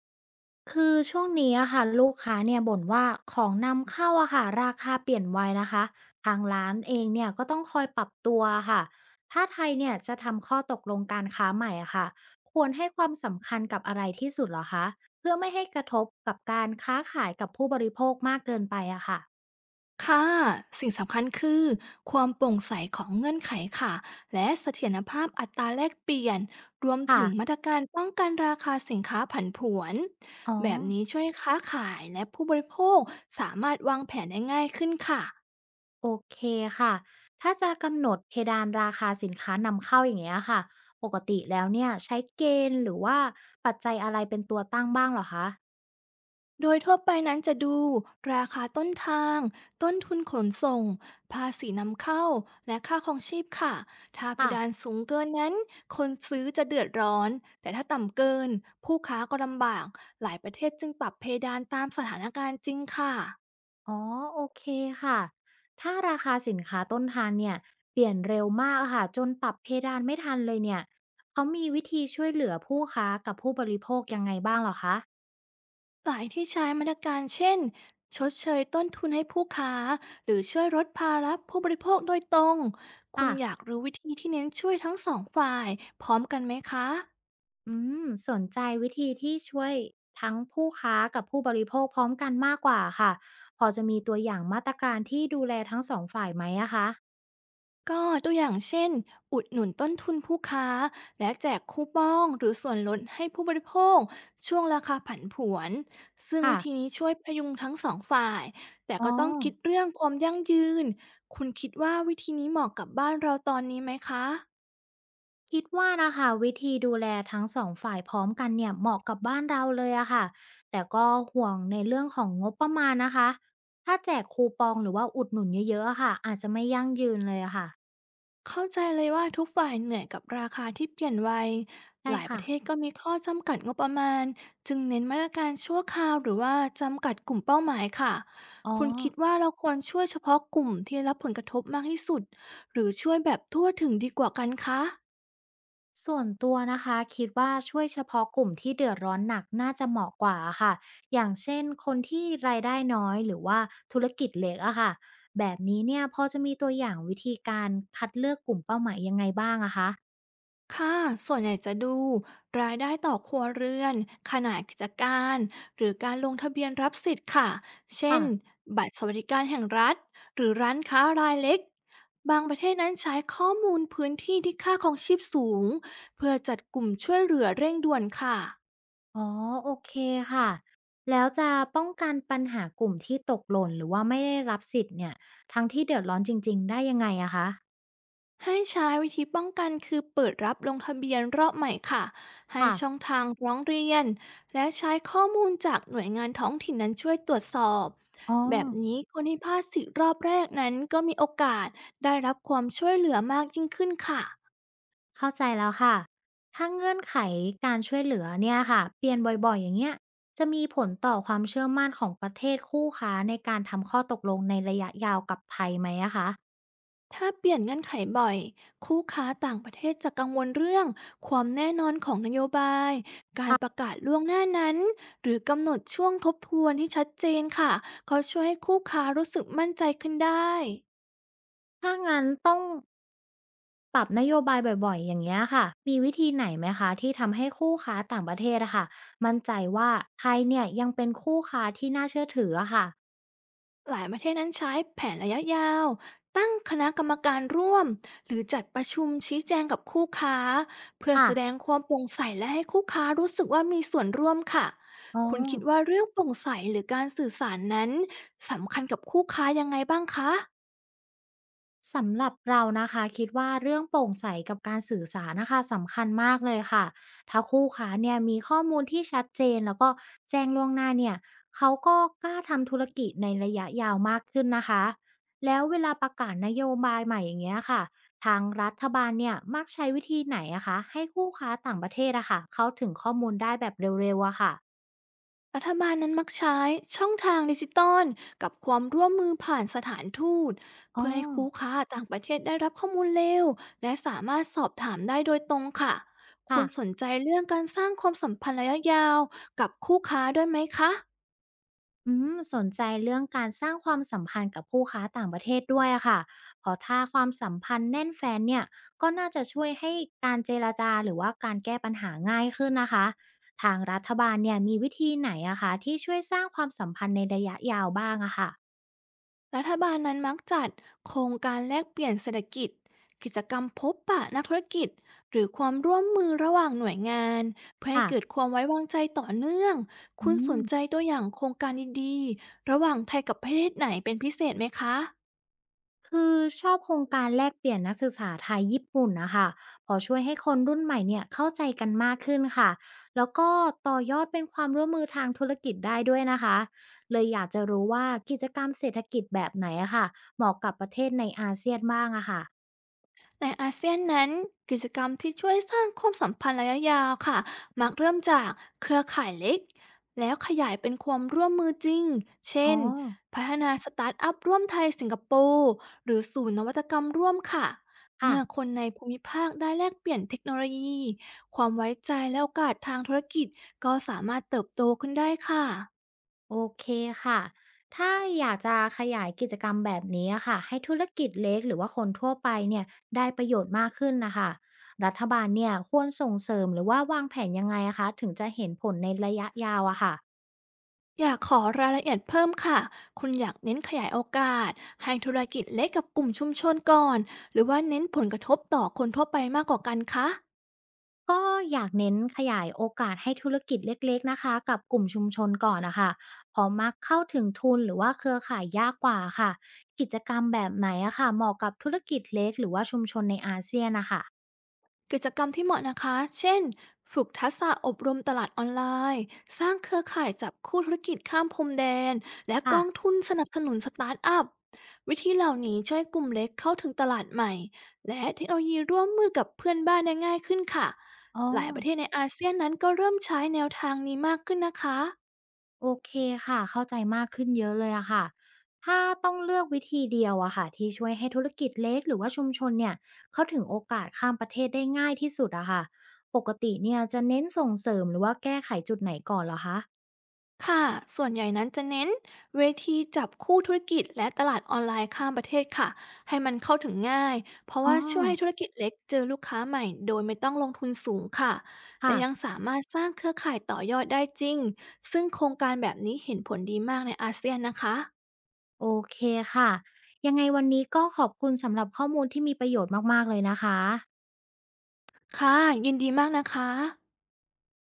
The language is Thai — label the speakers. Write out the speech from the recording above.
Speaker 1: คือช่วงนี้อะค่ะลูกค้าเนี่ยบ่นว่าของนำเข้าอะค่ะราคาเปลี่ยนไวนะคะทางร้านเองเนี่ยก็ต้องคอยปรับตัวค่ะถ้าไทยเนี่ยจะทำข้อตกลงการค้าใหม่อะค่ะควรให้ความสำคัญกับอะไรที่สุดเหรอคะเพื่อไม่ให้กระทบกับการค้าขายกับผู้บริโภคมากเกินไปอะค่ะ
Speaker 2: ค่ะ สิ่งสำคัญคือความโปร่งใสของเงื่อนไขค่ะ และเสถียรภาพอัตราแลกเปลี่ยน รวม
Speaker 1: ค่ะ
Speaker 2: ถึงมาตรการป้องกันราคาสินค้าผันผวน
Speaker 1: อ๋อ
Speaker 2: แบบนี้ช่วยค้าขายและผู้บริโภคสามารถวางแผนได้ง่ายขึ้นค่ะ
Speaker 1: โอเคค่ะถ้าจะกำหนดเพดานราคาสินค้านำเข้าอย่างเงี้ยค่ะปกติแล้วเนี่ยใช้เกณฑ์หรือว่าปัจจัยอะไรเป็นตัวตั้งบ้างเหรอคะ
Speaker 2: โดยทั่วไปนั้นจะดูราคาต้นทางต้นทุนขนส่งภาษีนำเข้าและค่าครองชีพค่ะ ถ้าเพ
Speaker 1: ค่ะ
Speaker 2: ดานสูงเกินนั้นคนซื้อจะเดือดร้อน แต่ถ้าต่ำเกินผู้ค้าก็ลำบากหลายประเทศจึงปรับเพดานตามสถานการณ์จริงค่ะ
Speaker 1: อ๋อโอเคค่ะถ้าราคาสินค้าต้นทางเนี่ยเปลี่ยนเร็วมากอะค่ะจนปรับเพดานไม่ทันเลยเนี่ยเขามีวิธีช่วยเหลือผู้ค้ากับผู้บริโภคยังไงบ้างเหรอคะ
Speaker 2: หลายที่ใช้มาตรการเช่นชดเชยต้นทุนให้ผู้ค้าหรือช่วยลดภาระผู้บริโภคโดยตรงคุณ
Speaker 1: ค่ะ
Speaker 2: อยากรู้วิธีที่เน้นช่วยทั้งสองฝ่ายพร้อมกันไหมคะ
Speaker 1: อืมสนใจวิธีที่ช่วยทั้งผู้ค้ากับผู้บริโภคพร้อมกันมากกว่าค่ะพอจะมีตัวอย่างมาตรการที่ดูแลทั้ง2ฝ่ายไหมอะคะ
Speaker 2: ก็ตัวอย่างเช่นอุดหนุนต้นทุนผู้ค้าและแจกคูปองหรือส่วนลดให้ผู้บริโภคช่วงราคาผันผวนซึ่ง
Speaker 1: ค่ะ
Speaker 2: วิธีนี้ช่วยพยุงทั้งสองฝ่ายแต่
Speaker 1: อ๋อ
Speaker 2: ก็ต้องคิดเรื่องความยั่งยืนคุณคิดว่าวิธีนี้เหมาะกับบ้านเราตอนนี้ไหมคะ
Speaker 1: คิดว่านะคะวิธีดูแลทั้งสองฝ่ายพร้อมกันเนี่ยเหมาะกับบ้านเราเลยอะค่ะแต่ก็ห่วงในเรื่องของงบประมาณนะคะถ้าแจกคูปองหรือว่าอุดหนุนเยอะๆอะค่ะอาจจะไม่ยั่งยืนเลยอะค่ะ
Speaker 2: เข้าใจเลยว่าทุกฝ่ายเหนื่อยกับราคาที่เปลี่ยนไว
Speaker 1: ใช่
Speaker 2: หลายป
Speaker 1: ค่ะ
Speaker 2: ระเทศก็มีข้อจำกัดงบประมาณจึงเน้นมาตรการชั่วคราวหรือว่าจำกัดกลุ่มเป้าหมายค่ะ
Speaker 1: อ๋อ
Speaker 2: คุณคิดว่าเราควรช่วยเฉพาะกลุ่มที่ได้รับผลกระทบมากที่สุดหรือช่วยแบบทั่วถึงดีกว่ากันคะ
Speaker 1: ส่วนตัวนะคะคิดว่าช่วยเฉพาะกลุ่มที่เดือดร้อนหนักน่าจะเหมาะกว่าอะค่ะอย่างเช่นคนที่รายได้น้อยหรือว่าธุรกิจเล็กอะค่ะแบบนี้เนี่ยพอจะมีตัวอย่างวิธีการคัดเลือกกลุ่มเป้าหมายยังไงบ้างอะคะ
Speaker 2: ค่ะส่วนใหญ่จะดูรายได้ต่อครัวเรือนขนาดกิจการหรือการลงทะเบียนรับสิทธิ์ค่ะ เช่
Speaker 1: ค่ะ
Speaker 2: นบัตรสวัสดิการแห่งรัฐหรือร้านค้ารายเล็กบางประเทศนั้นใช้ข้อมูลพื้นที่ที่ค่าของชีพสูงเพื่อจัดกลุ่มช่วยเหลือเร่งด่วนค่ะ
Speaker 1: อ๋อโอเคค่ะแล้วจะป้องกันปัญหากลุ่มที่ตกหล่นหรือว่าไม่ได้รับสิทธิ์เนี่ยทั้งที่เดือดร้อนจริงๆได้ยังไงอะคะ
Speaker 2: ให้ใช้วิธีป้องกันคือเปิดรับลงทะเบียนรอบใหม่ค่ะ ให้
Speaker 1: ค่ะ
Speaker 2: ช่องทางร้องเรียนและใช้ข้อมูลจากหน่วยงานท้องถิ่นนั้นช่วยตรวจสอบ
Speaker 1: อ๋อ
Speaker 2: แบบนี้คนที่พลาดสิทธิ์รอบแรกนั้นก็มีโอกาสได้รับความช่วยเหลือมากยิ่งขึ้นค่ะ
Speaker 1: เข้าใจแล้วค่ะถ้าเงื่อนไขการช่วยเหลือเนี่ยค่ะเปลี่ยนบ่อยๆอย่างเงี้ยจะมีผลต่อความเชื่อมั่นของประเทศคู่ค้าในการทำข้อตกลงในระยะยาวกับไทยไหมอะคะ
Speaker 2: ถ้าเปลี่ยนเงื่อนไขบ่อย คู่ค้าต่างประเทศจะกังวลเรื่องความแน่นอนของนโยบาย การป
Speaker 1: ค่ะ
Speaker 2: ระกาศล่วงหน้านั้นหรือกำหนดช่วงทบทวนที่ชัดเจนค่ะก็ช่วยให้คู่ค้ารู้สึกมั่นใจขึ้นได้
Speaker 1: ถ้างั้นต้อง ปรับนโยบายบ่อยๆ อย่างเงี้ยค่ะ มีวิธีไหนไหมคะที่ทำให้คู่ค้าต่างประเทศอะค่ะมั่นใจว่าไทยเนี่ยยังเป็นคู่ค้าที่น่าเชื่อถืออะค่ะ
Speaker 2: หลายประเทศนั้นใช้แผนระยะยาวตั้งคณะกรรมการร่วมหรือจัดประชุมชี้แจงกับคู่ค้าเพื่อแสดง
Speaker 1: ค่ะ
Speaker 2: ความโปร่งใสและให้คู่ค้ารู้สึกว่ามีส่วนร่วมค่ะ
Speaker 1: อ๋อ
Speaker 2: คุณคิดว่าเรื่องโปร่งใสหรือการสื่อสารนั้นสำคัญกับคู่ค้ายังไงบ้างคะ
Speaker 1: สำหรับเรานะคะคิดว่าเรื่องโปร่งใสกับการสื่อสารนะคะสำคัญมากเลยค่ะถ้าคู่ค้าเนี่ยมีข้อมูลที่ชัดเจนแล้วก็แจ้งล่วงหน้าเนี่ยเขาก็กล้าทำธุรกิจในระยะยาวมากขึ้นนะคะแล้วเวลาประกาศนโยบายใหม่อย่างเงี้ยค่ะทางรัฐบาลเนี่ยมักใช้วิธีไหนอะคะให้คู่ค้าต่างประเทศอะค่ะเขาถึงข้อมูลได้แบบเร็วๆอะค่ะ
Speaker 2: รัฐบาลนั้นมักใช้ช่องทางดิจิตอลกับความร่วมมือผ่านสถานทูต
Speaker 1: อ๋อ
Speaker 2: เพื่อให้คู่ค้าต่างประเทศได้รับข้อมูลเร็วและสามารถสอบถามได้โดยตรงค่ะคุ
Speaker 1: ค่ะ
Speaker 2: ณสนใจเรื่องการสร้างความสัมพันธ์ระยะยาวกับคู่ค้าด้วยไหมคะ
Speaker 1: อืมสนใจเรื่องการสร้างความสัมพันธ์กับคู่ค้าต่างประเทศด้วยอะค่ะ เพราะถ้าความสัมพันธ์แน่นแฟ้นเนี่ยก็น่าจะช่วยให้การเจรจาหรือว่าการแก้ปัญหาง่ายขึ้นนะคะ ทางรัฐบาลเนี่ยมีวิธีไหนอะคะที่ช่วยสร้างความสัมพันธ์ในระยะยาวบ้างอะค่ะ
Speaker 2: รัฐบาลนั้นมักจัดโครงการแลกเปลี่ยนเศรษฐกิจกิจกรรมพบปะนักธุรกิจหรือความร่วมมือระหว่างหน่วยงานเพื่อให้
Speaker 1: ค่ะ
Speaker 2: เกิดความไว้วางใจต่อเนื่อง
Speaker 1: อื
Speaker 2: คุณสนใจ
Speaker 1: ม
Speaker 2: ตัวอย่างโครงการดีๆระหว่างไทยกับประเทศไหนเป็นพิเศษไหมคะ
Speaker 1: คือชอบโครงการแลกเปลี่ยนนักศึกษาไทยญี่ปุ่นนะคะเพอช่วยให้คนรุ่นใหม่เนี่ยเข้าใจกันมากขึ้นค่ะ แล้วก็ต่อยอดเป็นความร่วมมือทางธุรกิจได้ด้วยนะคะ เลยอยากจะรู้ว่ากิจกรรมเศรษฐกิจแบบไหนอะค่ะเหมาะกับประเทศในอาเซียนบ้างอะค่ะ
Speaker 2: ในอาเซียนนั้นกิจกรรมที่ช่วยสร้างความสัมพันธ์ระยะยาวค่ะมักเริ่มจากเครือข่ายเล็กแล้วขยายเป็นความร่วมมือจริงเช่
Speaker 1: อ๋อ
Speaker 2: นพัฒนาสตาร์ทอัพร่วมไทยสิงคโปร์หรือศูนย์นวัตกรรมร่วมค่ะ
Speaker 1: ค่ะ
Speaker 2: เมื่อคนในภูมิภาคได้แลกเปลี่ยนเทคโนโลยีความไว้ใจและโอกาสทางธุรกิจก็สามารถเติบโตขึ้นได้ค่ะ
Speaker 1: โอเคค่ะ ถ้าอยากจะขยายกิจกรรมแบบนี้อะค่ะให้ธุรกิจเล็กหรือว่าคนทั่วไปเนี่ยได้ประโยชน์มากขึ้นนะคะรัฐบาลเนี่ยควรส่งเสริมหรือว่าวางแผนยังไงอะคะถึงจะเห็นผลในระยะยาวอะค่ะ
Speaker 2: อยากขอรายละเอียดเพิ่มค่ะ คุณอยากเน้นขยายโอกาสให้ธุรกิจเล็กกับกลุ่มชุมชนก่อน หรือว่าเน้นผลกระทบต่อคนทั่วไปมากกว่ากันคะ
Speaker 1: ก็อยากเน้นขยายโอกาสให้ธุรกิจเล็กๆนะคะกับกลุ่มชุมชนก่อนนะคะเพอมักเข้าถึงทุนหรือว่าเครือข่ายยากกว่าค่ะกิจกรรมแบบไหนอะค่ะเหมาะกับธุรกิจเล็กหรือว่าชุมชนในอาเซียนนะคะ
Speaker 2: กิจกรรมที่เหมาะนะคะ เช่นฝึกทักษะอบรมตลาดออนไลน์ สร้างเครือข่ายจับคู่ธุรกิจข้ามพรมแดน และก
Speaker 1: ค่ะ
Speaker 2: องทุนสนับสนุนสตาร์ทอัพวิธีเหล่านี้ช่วยกลุ่มเล็กเข้าถึงตลาดใหม่และเทคโนโลยีร่วมมือกับเพื่อนบ้านได้ง่ายขึ้นค่ะ
Speaker 1: อ๋อ
Speaker 2: หลายประเทศในอาเซียนนั้นก็เริ่มใช้แนวทางนี้มากขึ้นนะคะ
Speaker 1: โอเคค่ะเข้าใจมากขึ้นเยอะเลยอะค่ะถ้าต้องเลือกวิธีเดียวอะค่ะที่ช่วยให้ธุรกิจเล็กหรือว่าชุมชนเนี่ยเข้าถึงโอกาสข้ามประเทศได้ง่ายที่สุดอะค่ะปกติเนี่ยจะเน้นส่งเสริมหรือว่าแก้ไขจุดไหนก่อนเหรอคะ
Speaker 2: ค่ะ ส่วนใหญ่นั้นจะเน้นเวทีจับคู่ธุรกิจและตลาดออนไลน์ข้ามประเทศค่ะ ให้มันเข้าถึงง่าย เพราะ
Speaker 1: อ๋อ
Speaker 2: ว่าช่วยให้ธุรกิจเล็กเจอลูกค้าใหม่โดยไม่ต้องลงทุนสูงค่ะ และ
Speaker 1: ค่ะ
Speaker 2: ยังสามารถสร้างเครือข่ายต่อยอดได้จริง ซึ่งโครงการแบบนี้เห็นผลดีมากในอาเซียนนะคะ
Speaker 1: โอเคค่ะยังไงวันนี้ก็ขอบคุณสำหรับข้อมูลที่มีประโยชน์มากๆเลยนะคะ
Speaker 2: ค่ะ ยินดีมากนะคะ